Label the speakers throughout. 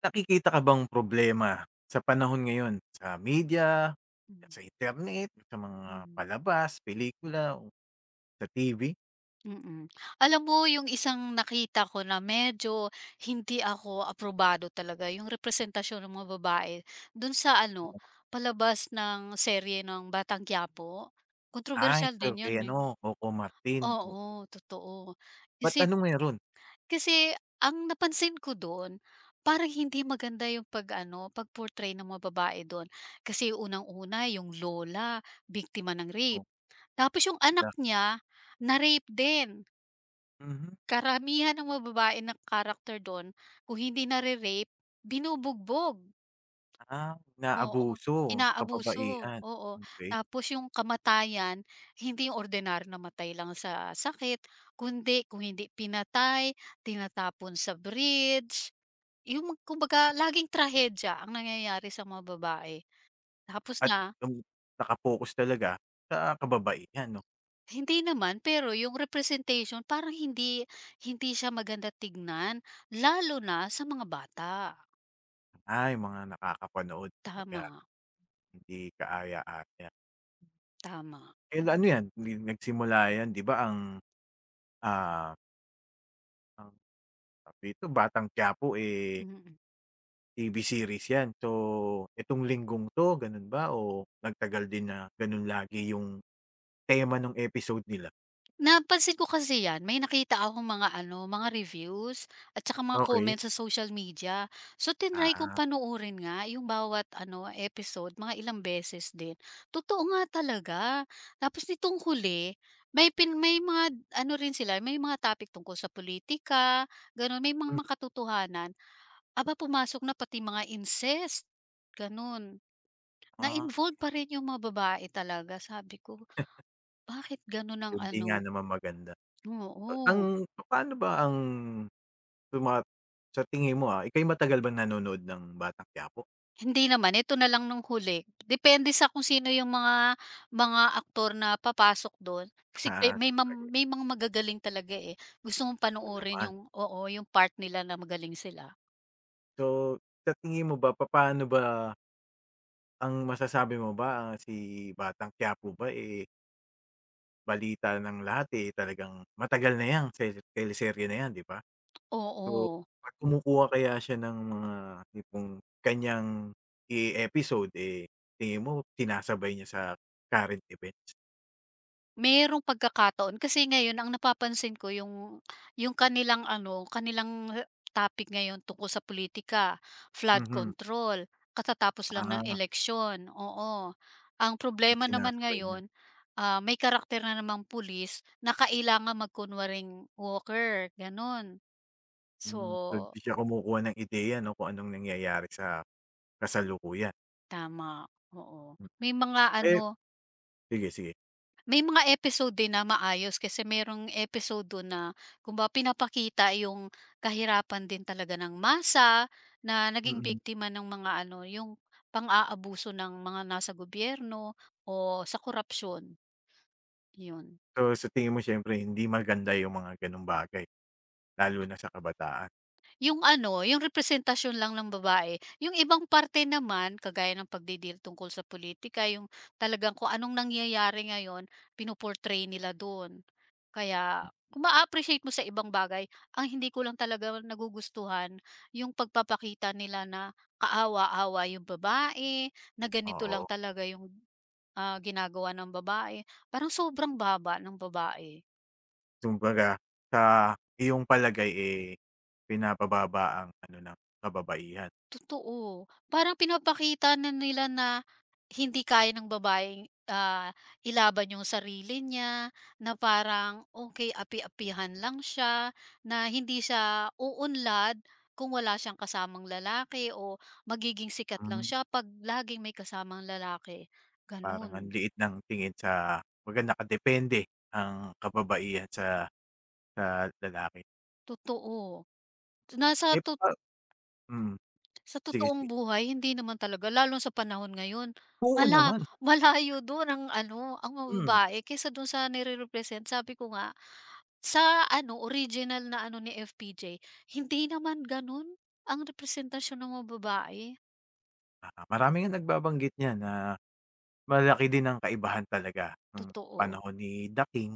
Speaker 1: Nakikita ka bang problema sa panahon ngayon sa media,
Speaker 2: Hmm,
Speaker 1: sa internet, sa mga
Speaker 2: hmm,
Speaker 1: palabas, pelikula, o sa TV?
Speaker 2: mm. Alam mo yung isang nakita ko na medyo hindi ako aprobado talaga yung representasyon ng mga babae dun sa ano, palabas ng serye ng Batang Quiapo.
Speaker 1: Ay,
Speaker 2: Kontrobersiyal
Speaker 1: ikaw
Speaker 2: din
Speaker 1: kay
Speaker 2: yun, eh.
Speaker 1: ano, Coco Martin. Oo,
Speaker 2: Oo, totoo.
Speaker 1: ba't
Speaker 2: Kasi
Speaker 1: anong meron?
Speaker 2: Kasi ang napansin ko do'n, parang hindi maganda yung pag-ano, pag-portray ng mga babae do'n. Kasi unang-una yung lola, biktima ng
Speaker 1: Oh,
Speaker 2: rape. Tapos yung anak
Speaker 1: wala.
Speaker 2: niya, na-rape din.
Speaker 1: Mhm.
Speaker 2: Karamihan ng mga babae na character do'n, kung hindi nare-rape, binubugbog.
Speaker 1: Ah,
Speaker 2: Oo,
Speaker 1: inaabuso
Speaker 2: inaabuso,
Speaker 1: kababaihan,
Speaker 2: oo.
Speaker 1: okay.
Speaker 2: Tapos yung kamatayan, hindi yung ordinaryo na matay lang sa sakit, kundi kung hindi pinatay, tinatapon sa bridge. Yung kumbaga laging trahedya ang nangyayari sa mga babae. Tapos
Speaker 1: At
Speaker 2: na.
Speaker 1: um, naka talaga sa kababaihan, 'no?
Speaker 2: Hindi naman, pero yung representation parang hindi hindi siya maganda tignan, lalo na sa mga bata.
Speaker 1: Ay, mga nakakapanood, kumbaga
Speaker 2: Tama,
Speaker 1: hindi kaaya-aya.
Speaker 2: tama.
Speaker 1: Eh, ano 'yan, nagsimula 'yan, 'di ba ah, ang Dito Batang Quiapo, eh,
Speaker 2: Mm.
Speaker 1: TV series 'yan. So, itong linggong 'to, gano'n ba o nagtagal din na gano'n lagi yung tema ng episode nila?
Speaker 2: Napansin ko kasi 'yan, may nakita akong mga ano, mga reviews at saka mga
Speaker 1: Okey.
Speaker 2: comments sa social media. So, tinry kong
Speaker 1: Ah,
Speaker 2: panoorin nga yung bawat ano, episode mga ilang beses din. Totoo nga talaga. Tapos nitong huli, may mga ano rin sila, may mga topic tungkol sa politika, gano'n. May
Speaker 1: hmm,
Speaker 2: mga katotohanan. Aba, pumasok na pati mga incest, gano'n.
Speaker 1: ah,
Speaker 2: Na-involve pa rin yung mga babae talaga. Sabi ko, bakit gano'n ang
Speaker 1: 'yun, 'di nga
Speaker 2: ano.
Speaker 1: naman maganda. Ang
Speaker 2: Oo.
Speaker 1: paano ba ang tuma sa tingin mo, ika'y matagal bang nanonood ng Batang Quiapo?
Speaker 2: Hindi naman, ito na lang nung huli. Depende sa kung sino yung mga aktor na papasok dun. Kasi pe
Speaker 1: Ah,
Speaker 2: may mam
Speaker 1: sabagay,
Speaker 2: may mga magagaling talaga, eh. Gusto mong
Speaker 1: oo
Speaker 2: panoorin
Speaker 1: naman.
Speaker 2: yung, oo, yung part nila na magaling sila.
Speaker 1: So, sa tingin mo ba, papaano ba ang masasabi mo ba, si Batang Quiapo ba, eh balita ng lahat, eh, talagang matagal na 'yang teleserye na 'yan, 'di ba? So,
Speaker 2: Oo.
Speaker 1: 'pag kumukuha kaya siya ng mga tipong kanyang i-episode, eh, tingin mo sinasabay niya sa current events?
Speaker 2: Merong pagkakataon kasi ngayon ang napapansin ko yung kanilang ano, topic ngayon tungkol sa politika, flood
Speaker 1: Mhm.
Speaker 2: control, katatapos lang ng
Speaker 1: Ah,
Speaker 2: eleksyon, oo. Ang problema naman
Speaker 1: isinasabay niya.
Speaker 2: ngayon, may karakter na namang pulis na kailangan magkunwaring walker, gano'n. So
Speaker 1: Hmm, so 'di siya kumukuha ng ideya, 'no, kung anong nangyayari sa kasalukuyan.
Speaker 2: tama, oo.
Speaker 1: Hmm.
Speaker 2: May mga
Speaker 1: Eh,
Speaker 2: ano
Speaker 1: sige, sige.
Speaker 2: May mga episode din na maayos kasi merong episode dun na kumbaga pinapakita yung kahirapan din talaga ng masa na naging
Speaker 1: Mm.
Speaker 2: biktima ng mga ano, yung pang-aabuso ng mga nasa gobyerno o sa korapsyon, yun.
Speaker 1: So, sa tingin mo siyempre hindi maganda yung mga gano'ng bagay, lalo na sa kabataan,
Speaker 2: Yung ano, yung representasyon lang ng babae. Yung ibang parte naman, kagaya ng pagdidil tungkol sa politika, yung talagang kung anong nangyayari ngayon, pino-portray nila dun. Kaya kung ma-appreciate mo sa ibang bagay, ang hindi ko lang talaga nagugustuhan, yung pagpapakita nila na kaawa-awa yung babae, na ganito
Speaker 1: oo.
Speaker 2: lang talaga yung, ginagawa ng babae. Parang sobrang baba ng babae.
Speaker 1: Kumbaga sa iyong palagay, eh, pinapababa ang ano ng kababaihan.
Speaker 2: Totoo. Parang pinapakita na nila na hindi kaya ng babaeng, ilaban yung sarili niya, na parang okay, api-apihan lang siya, na hindi siya uunlad kung wala siyang kasamang lalaki o magiging sikat lang
Speaker 1: Hmm.
Speaker 2: siya 'pag laging may kasamang lalaki,
Speaker 1: Parang
Speaker 2: gano'n.
Speaker 1: ang liit ng tingin sa kumbaga nakadepende ang kababaihan sa lalaki.
Speaker 2: Totoo. Nasa
Speaker 1: Eh,
Speaker 2: to
Speaker 1: hmm,
Speaker 2: Sa
Speaker 1: sige,
Speaker 2: totoong
Speaker 1: sige.
Speaker 2: buhay hindi naman talaga lalo sa panahon ngayon.
Speaker 1: Oo
Speaker 2: Mala
Speaker 1: naman,
Speaker 2: Malayo doon ang ano, ang mga
Speaker 1: hmm,
Speaker 2: babae kaysa dun sa nire-represent. Sabi ko nga, sa ano original na ano ni FPJ, hindi naman ganun ang representasyon ng mga babae,
Speaker 1: marami ngang nagbabanggit niyan na malaki din ang kaibahan talaga nung
Speaker 2: totoo.
Speaker 1: panahon ni The King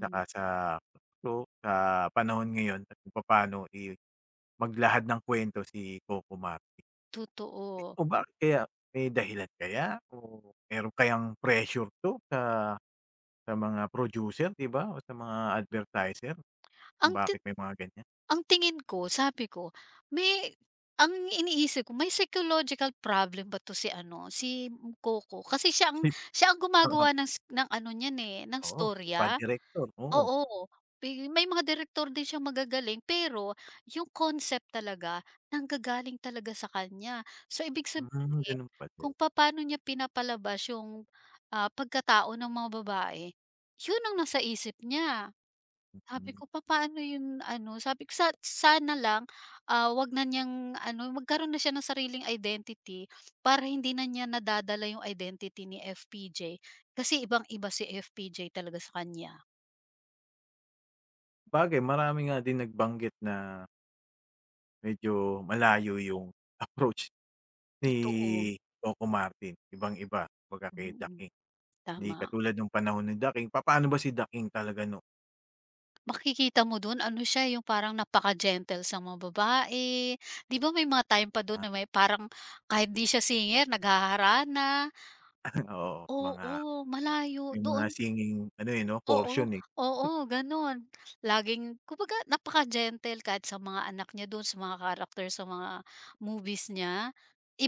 Speaker 1: tsaka sa, so, sa panahon ngayon at kung papaano maglahad ng kuwento si Coco Mar.
Speaker 2: totoo.
Speaker 1: O bakit kaya? May dahilan kaya o meron kayang pressure 'to sa mga producer, 'di ba, o sa mga advertiser kung
Speaker 2: Ang ti
Speaker 1: bakit may mga ganyan?
Speaker 2: ang tingin ko sabi ko, may ang iniisip ko may psychological problem ba 'to si ano, si Coco kasi siya ang gumagawa
Speaker 1: Oo,
Speaker 2: ng ano niyan, eh, ng
Speaker 1: oo, pa
Speaker 2: storya.
Speaker 1: direktor, oo.
Speaker 2: Oo, may mga direktor din siyang magagaling pero yung concept talaga nanggagaling talaga sa kanya. So, ibig
Speaker 1: Hmm,
Speaker 2: sabihin
Speaker 1: ganun pala.
Speaker 2: kung papaano niya pinapalabas yung, pagkatao ng mga babae, yun ang nasa isip niya. Sabi
Speaker 1: Hmm,
Speaker 2: ko, "Papaano yun ano?" Sabi ko, "Sa sana lang, 'wag na niyang ano, magkaroon na siya ng sariling identity para hindi na niya nadadala yung identity ni FPJ." Kasi ibang-iba si FPJ talaga sa kanya.
Speaker 1: sabagay, marami nga din nagbanggit na medyo malayo yung approach ni
Speaker 2: Totoo,
Speaker 1: Coco Martin, ibang-iba kumbaga kay Da
Speaker 2: mm,
Speaker 1: King. Hindi
Speaker 2: tama.
Speaker 1: katulad nung panahon ni Da King. Papaano ba si Da King talaga noon
Speaker 2: Makikita mo dun ano siya, yung parang napaka-gentle sa mga babae. 'Di ba may mga time pa dun
Speaker 1: na
Speaker 2: na may parang kahit 'di siya singer naghaharana.
Speaker 1: oo,
Speaker 2: Oo, malayo
Speaker 1: may mga
Speaker 2: doon.
Speaker 1: singing ano, eh, 'no,
Speaker 2: Oo,
Speaker 1: portion, eh,
Speaker 2: oo, gano'n. Laging kumbaga napaka-gentle kahit sa mga anak niya doon sa mga character sa mga movies niya,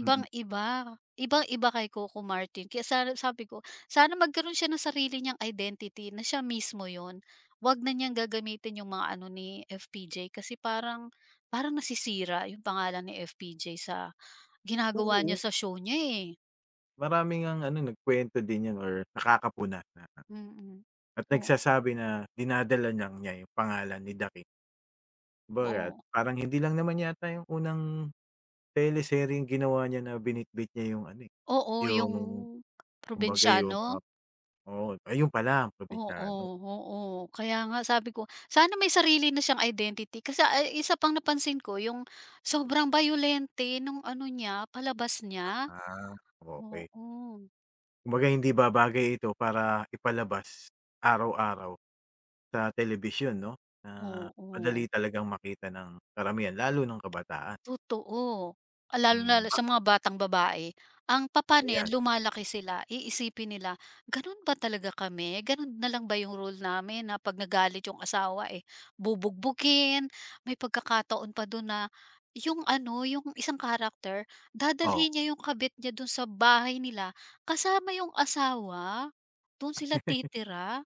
Speaker 1: mm.
Speaker 2: Ibang-iba kay Coco Martin kaya sana sabi ko, sana magkaroon siya ng sarili niyang identity na siya mismo yon, 'wag na niyang gagamitin yung mga ano ni FPJ kasi parang parang nasisira yung pangalan ni FPJ sa ginagawa niya
Speaker 1: Oo,
Speaker 2: sa show niya, eh.
Speaker 1: marami ngang ano, nagkuwento din 'yan or nakakapuna na
Speaker 2: Mm.
Speaker 1: at
Speaker 2: O,
Speaker 1: nagsasabi na dinadala lang niya yung pangalan ni Dakild. Kumbaga
Speaker 2: oo.
Speaker 1: parang hindi lang naman yata yung unang teleseryeng ginawa niya na binitbit niya yung ano, eh,
Speaker 2: Oo,
Speaker 1: yung
Speaker 2: yung
Speaker 1: kumbaga yung mga
Speaker 2: probinsyano,
Speaker 1: oo, ayun pala ang
Speaker 2: oo,
Speaker 1: probinsyano.
Speaker 2: oo. Kaya nga sabi ko, sana may sarili na siyang identity kasi, ay isa pang napansin ko yung sobrang bayolente nung ano niya, palabas niya,
Speaker 1: Ah, okey.
Speaker 2: oo,
Speaker 1: Kumbaga hindi ba bagay ito para ipalabas araw-araw? Sa telebisyon, 'no, na madali
Speaker 2: oo.
Speaker 1: talagang makita ng karamihan lalo ng kabataan,
Speaker 2: Totoo. Lalo na
Speaker 1: mm.
Speaker 2: sa mga batang babae, ang papaano 'yan
Speaker 1: Ayan,
Speaker 2: lumalaki sila iisipin nila, gano'n ba talaga kami, gano'n na lang ba yung rule namin na 'pag nagalit yung asawa, eh, bubugbugin, may pagkakataon pa do'n na yung ano, yung isang character
Speaker 1: oo,
Speaker 2: dadalhin niya yung kabit niya do'n sa bahay nila kasama yung asawa, do'n sila titira,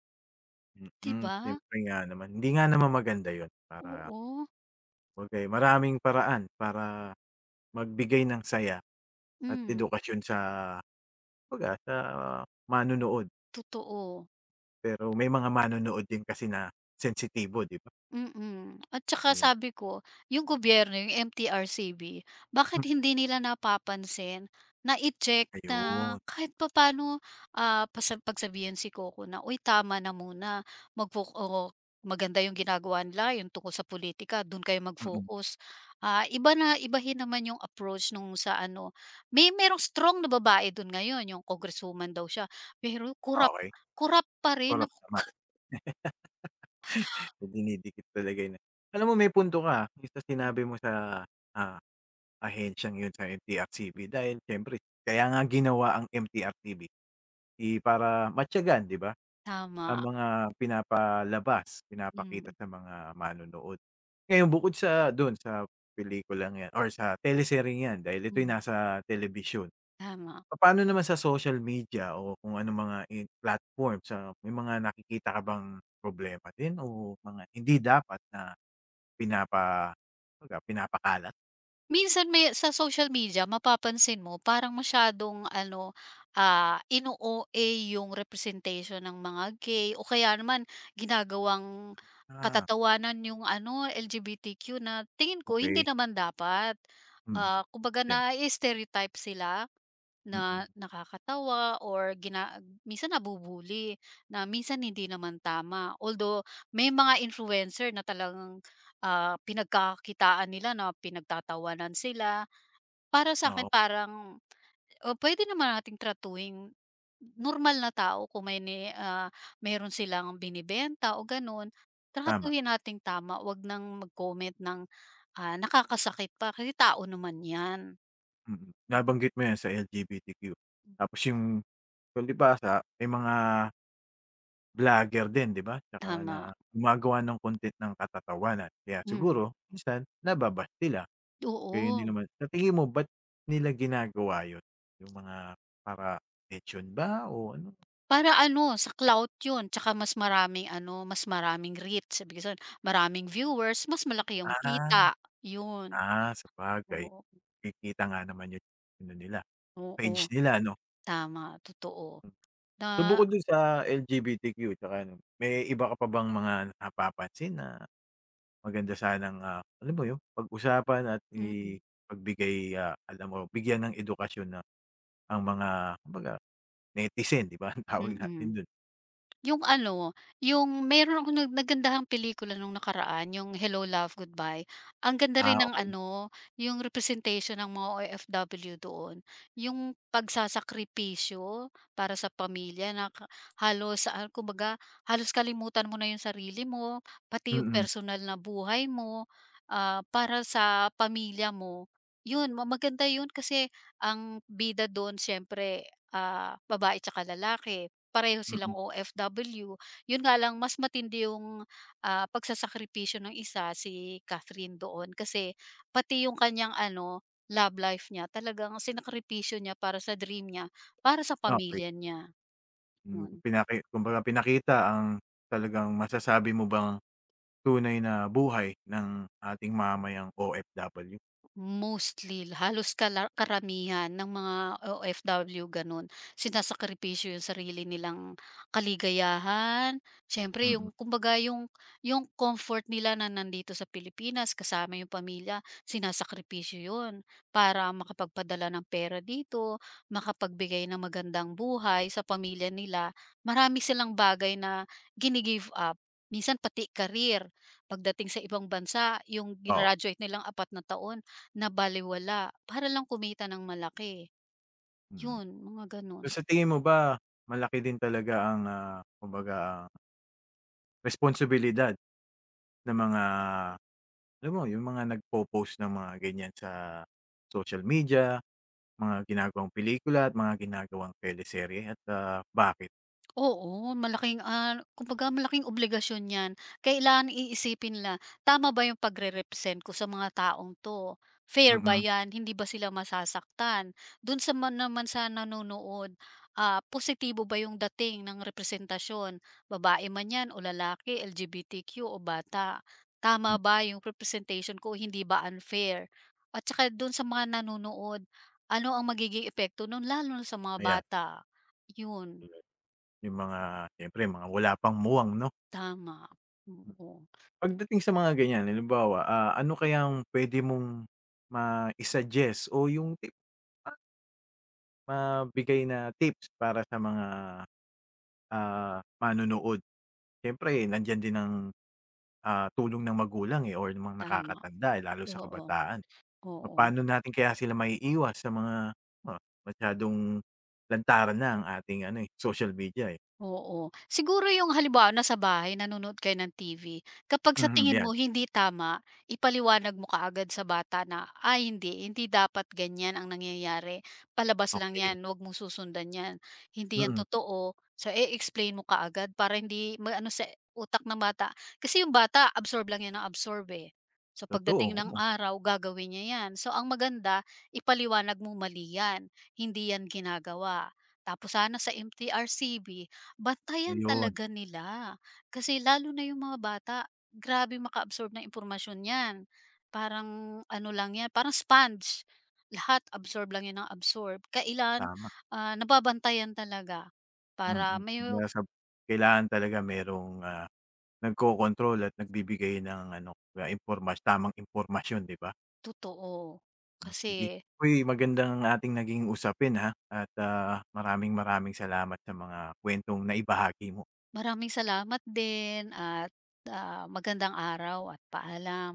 Speaker 2: 'di
Speaker 1: mm,
Speaker 2: ba?
Speaker 1: siyempre nga naman. Hindi nga naman maganda 'yun para
Speaker 2: Oo,
Speaker 1: kumbaga, eh, maraming paraan para magbigay ng saya at
Speaker 2: hmm,
Speaker 1: edukasyon sa kumbaga sa manunood.
Speaker 2: totoo.
Speaker 1: Pero may mga manunood din kasi na sensitibo, 'di ba?
Speaker 2: At saka
Speaker 1: Ayan,
Speaker 2: sabi ko, yung gobyerno, yung MTRCB,
Speaker 1: hmm,
Speaker 2: bakit hindi nila napapansin na i-check na
Speaker 1: ayun,
Speaker 2: kahit papaano, ah, pasa pagsabihan si Coco na, "Uy, tama na muna, oo, maganda yung ginagawa nila, yung tungkol sa politika dun kayo
Speaker 1: mm,
Speaker 2: mag-focus." Ibahin naman yung approach nung sa ano, may merong strong na babae dun ngayon, yung congresswoman daw siya, pero kurap
Speaker 1: okey,
Speaker 2: kurap pa rin.
Speaker 1: korap
Speaker 2: Naku,
Speaker 1: naman. So, dinidikit talaga yun. Alam mo may punto ka, yung sa sinabi mo sa, ah, ahensiyang yun sa MTRCB dahil siyempre kaya nga ginawa ang MTRCB, eh, para matiyagan, 'di ba, ang
Speaker 2: tama.
Speaker 1: mga pinapalabas, pinapakita
Speaker 2: Hmm,
Speaker 1: sa mga manonood. Ngayon bukod sa dun sa pelikulang 'yan or sa teleseryeng 'yan dahil ito'y
Speaker 2: hmm,
Speaker 1: nasa television.
Speaker 2: tama.
Speaker 1: Paano naman sa social media o kung ano mga in platform sa may mga nakikita ka bang problema din o mga hindi dapat na Pinapa kumbaga pinapakalat.
Speaker 2: Minsan may sa social media mapapansin mo parang masyadong ano, ino-OA yung representation ng mga gay o kaya naman ginagawang
Speaker 1: Ah,
Speaker 2: katatawanan yung ano, LGBTQ na tingin ko hindi
Speaker 1: okey.
Speaker 2: naman dapat.
Speaker 1: Mm.
Speaker 2: Kumbaga
Speaker 1: Siyem
Speaker 2: na-stereotype sila.
Speaker 1: mm.
Speaker 2: Na nakakatawa or minsan nabubuli na minsan hindi naman tama. Although may mga influencer na talagang, pinagkakakitaan nila na pinagtatawanan sila. Para sa akin
Speaker 1: Oo,
Speaker 2: parang, oh, puwede naman nating tratuhin normal na tao kung meron silang binibenta o gano'n,
Speaker 1: tama.
Speaker 2: tratuhin nating tama 'wag nang mag-comment ng, nakakasakit pa kasi tao naman 'yan.
Speaker 1: Mm. Nabanggit mo 'yan sa LGBTQ. Tapos yung palibhasa may mga vlogger din, 'di ba? Tsaka na
Speaker 2: Tama,
Speaker 1: gumagawa ng content ng katatawanan. Kaya
Speaker 2: mm,
Speaker 1: siguro minsan nababash sila. Gayon din
Speaker 2: oo.
Speaker 1: naman, sa tingin mo ba't nila ginagawa yun? Yung mga para atensyon ba o ano?
Speaker 2: Para ano, sa clout 'yun tsaka mas maraming ano, mas maraming reach, ibig sabihin maraming viewers, mas malaki yung
Speaker 1: Ah,
Speaker 2: kita, 'yun.
Speaker 1: ah, sabagay.
Speaker 2: Oo,
Speaker 1: Nakikita nga naman yung ano nila.
Speaker 2: oo,
Speaker 1: Page nila ano?
Speaker 2: tama, totoo na.
Speaker 1: So, bukod dun sa LGBTQ tsaka ano, may iba ka pa bang mga napapansin na maganda sanang, alam mo yun, pag-usapan at
Speaker 2: Mm,
Speaker 1: ipagbigay, alam mo bigyan ng edukasyon na ang mga kumbaga netizen, 'di ba, ang tawag natin
Speaker 2: mm.
Speaker 1: dun?
Speaker 2: Yung ano, yung meron akong nagandahang pelikula nung nakaraan, yung Hello, Love, Goodbye. Ang ganda
Speaker 1: Ah,
Speaker 2: rin ng
Speaker 1: okey.
Speaker 2: ano, yung representation ng mga OFW doon. Yung pagsasakripisyo para sa pamilya na halos, kumbaga halos kalimutan mo na yung sarili mo, pati yung
Speaker 1: Mm,
Speaker 2: personal na buhay mo, para sa pamilya mo. Yun, maganda yun kasi ang bida doon siyempre, babae tsaka lalaki pareho
Speaker 1: mm,
Speaker 2: silang OFW. Yun nga lang mas matindi yung, pagsasakripisyo ng isa, si Catherine doon kasi pati yung kanyang ano, love life niya talagang sinakripisyo niya para sa dream niya, para sa
Speaker 1: okey.
Speaker 2: pamilya niya,
Speaker 1: Hmm,
Speaker 2: yun.
Speaker 1: kumbaga pinakita ang talagang masasabi mo bang tunay na buhay ng ating mamamayang OFW?
Speaker 2: Mostly, halos karamihan ng mga OFW gano'n, sinasakripisyo yung sarili nilang kaligayahan. Siyempre
Speaker 1: Mm,
Speaker 2: yung kumbaga yung comfort nila na nandito sa Pilipinas kasama yung pamilya, sinasakripisyo yun para makapagpadala ng pera dito, makapagbigay ng magandang buhay sa pamilya nila. Marami silang bagay na gini-give up, minsan pati career. Pagdating sa ibang bansa, yung
Speaker 1: oo,
Speaker 2: grinraduate nilang 4 na taon nabalewala para lang kumita ng malaki,
Speaker 1: mm.
Speaker 2: yun mga
Speaker 1: So,
Speaker 2: ganun.
Speaker 1: sa tingin mo ba malaki din talaga ang, kumbaga ang responsibilidad ng mga alam mo yung mga nagpo-post ng mga ganyan sa social media, mga ginagawang pelikula at mga ginagawang teleserye at, bakit?
Speaker 2: Oo, malaking, kumbaga malaking obligasyon 'yan. Kailangan iisipin la, tama ba 'yung pagre-represent ko sa mga taong 'to? Fair ba
Speaker 1: Mm,
Speaker 2: 'yan? Hindi ba sila masasaktan? Do'n sa man naman sa nanonood, positibo ba 'yung dating ng representasyon? Babae man 'yan o lalaki, LGBTQ o bata. Tama
Speaker 1: hmm,
Speaker 2: ba 'yung representation ko, hindi ba unfair? At saka do'n sa mga nanonood, ano ang magiging epekto no'n lalo na sa mga
Speaker 1: ayan.
Speaker 2: bata? 'Yun.
Speaker 1: Yung mga siyempre mga wala pang muwang, 'no?
Speaker 2: Tama, oo,
Speaker 1: Pagdating sa mga ganyan halimbawa, ano kayang pwede mong mai-suggest o yung tip ma mabigay na tips para sa mga, manonood? Siyempre, eh, nandiyan din ang, tulong ng magulang, eh, or ng mga
Speaker 2: tama,
Speaker 1: nakakatanda, eh, lalo sa
Speaker 2: oo,
Speaker 1: kabataan.
Speaker 2: oo.
Speaker 1: Paano natin kaya sila maiiwas sa mga, ah, masyadong lantaran na ang ating ano, eh, social media, eh.
Speaker 2: Oo. Siguro yung halimbawa nasa bahay nanonood kayo ng TV, kapag sa
Speaker 1: Mhm.
Speaker 2: tingin
Speaker 1: Ayan,
Speaker 2: mo hindi tama, ipaliwanag mo kaagad sa bata na, "Ay hindi, hindi dapat ganyan ang nangyayari, palabas lang
Speaker 1: okey,
Speaker 2: 'yan, wag mong susundan 'yan, hindi 'yan
Speaker 1: mm,
Speaker 2: totoo." So i-explain mo kaagad para hindi maano sa utak ng bata, kasi yung bata absorb lang 'yan ng absorb, eh. So pagdating
Speaker 1: totoo,
Speaker 2: ng
Speaker 1: oo,
Speaker 2: araw gagawin niya 'yan. So ang maganda ipaliwanag mo, "Mali 'yan, hindi 'yan ginagawa." Tapos sana sa MTRCB, bantayan
Speaker 1: ayun,
Speaker 2: talaga nila. Kasi lalo na yung mga bata, grabe makaabsorb ng impormasyon 'yan. Parang ano lang 'yan, parang sponge. Lahat absorb lang 'yan ng absorb. Kailan,
Speaker 1: tama,
Speaker 2: nababantayan talaga para
Speaker 1: mm.
Speaker 2: may
Speaker 1: Kaya sa kailangan talaga merong, nagkokontrol at nagbibigay ng ano, tamang impormasyon, 'di ba?
Speaker 2: totoo.
Speaker 1: Hmm, sige.
Speaker 2: Kasi
Speaker 1: Uy, maganda ating naging usapin, ha, at, maraming maraming salamat sa mga kuwentong naibahagi mo.
Speaker 2: maraming salamat din at, magandang araw at paalam.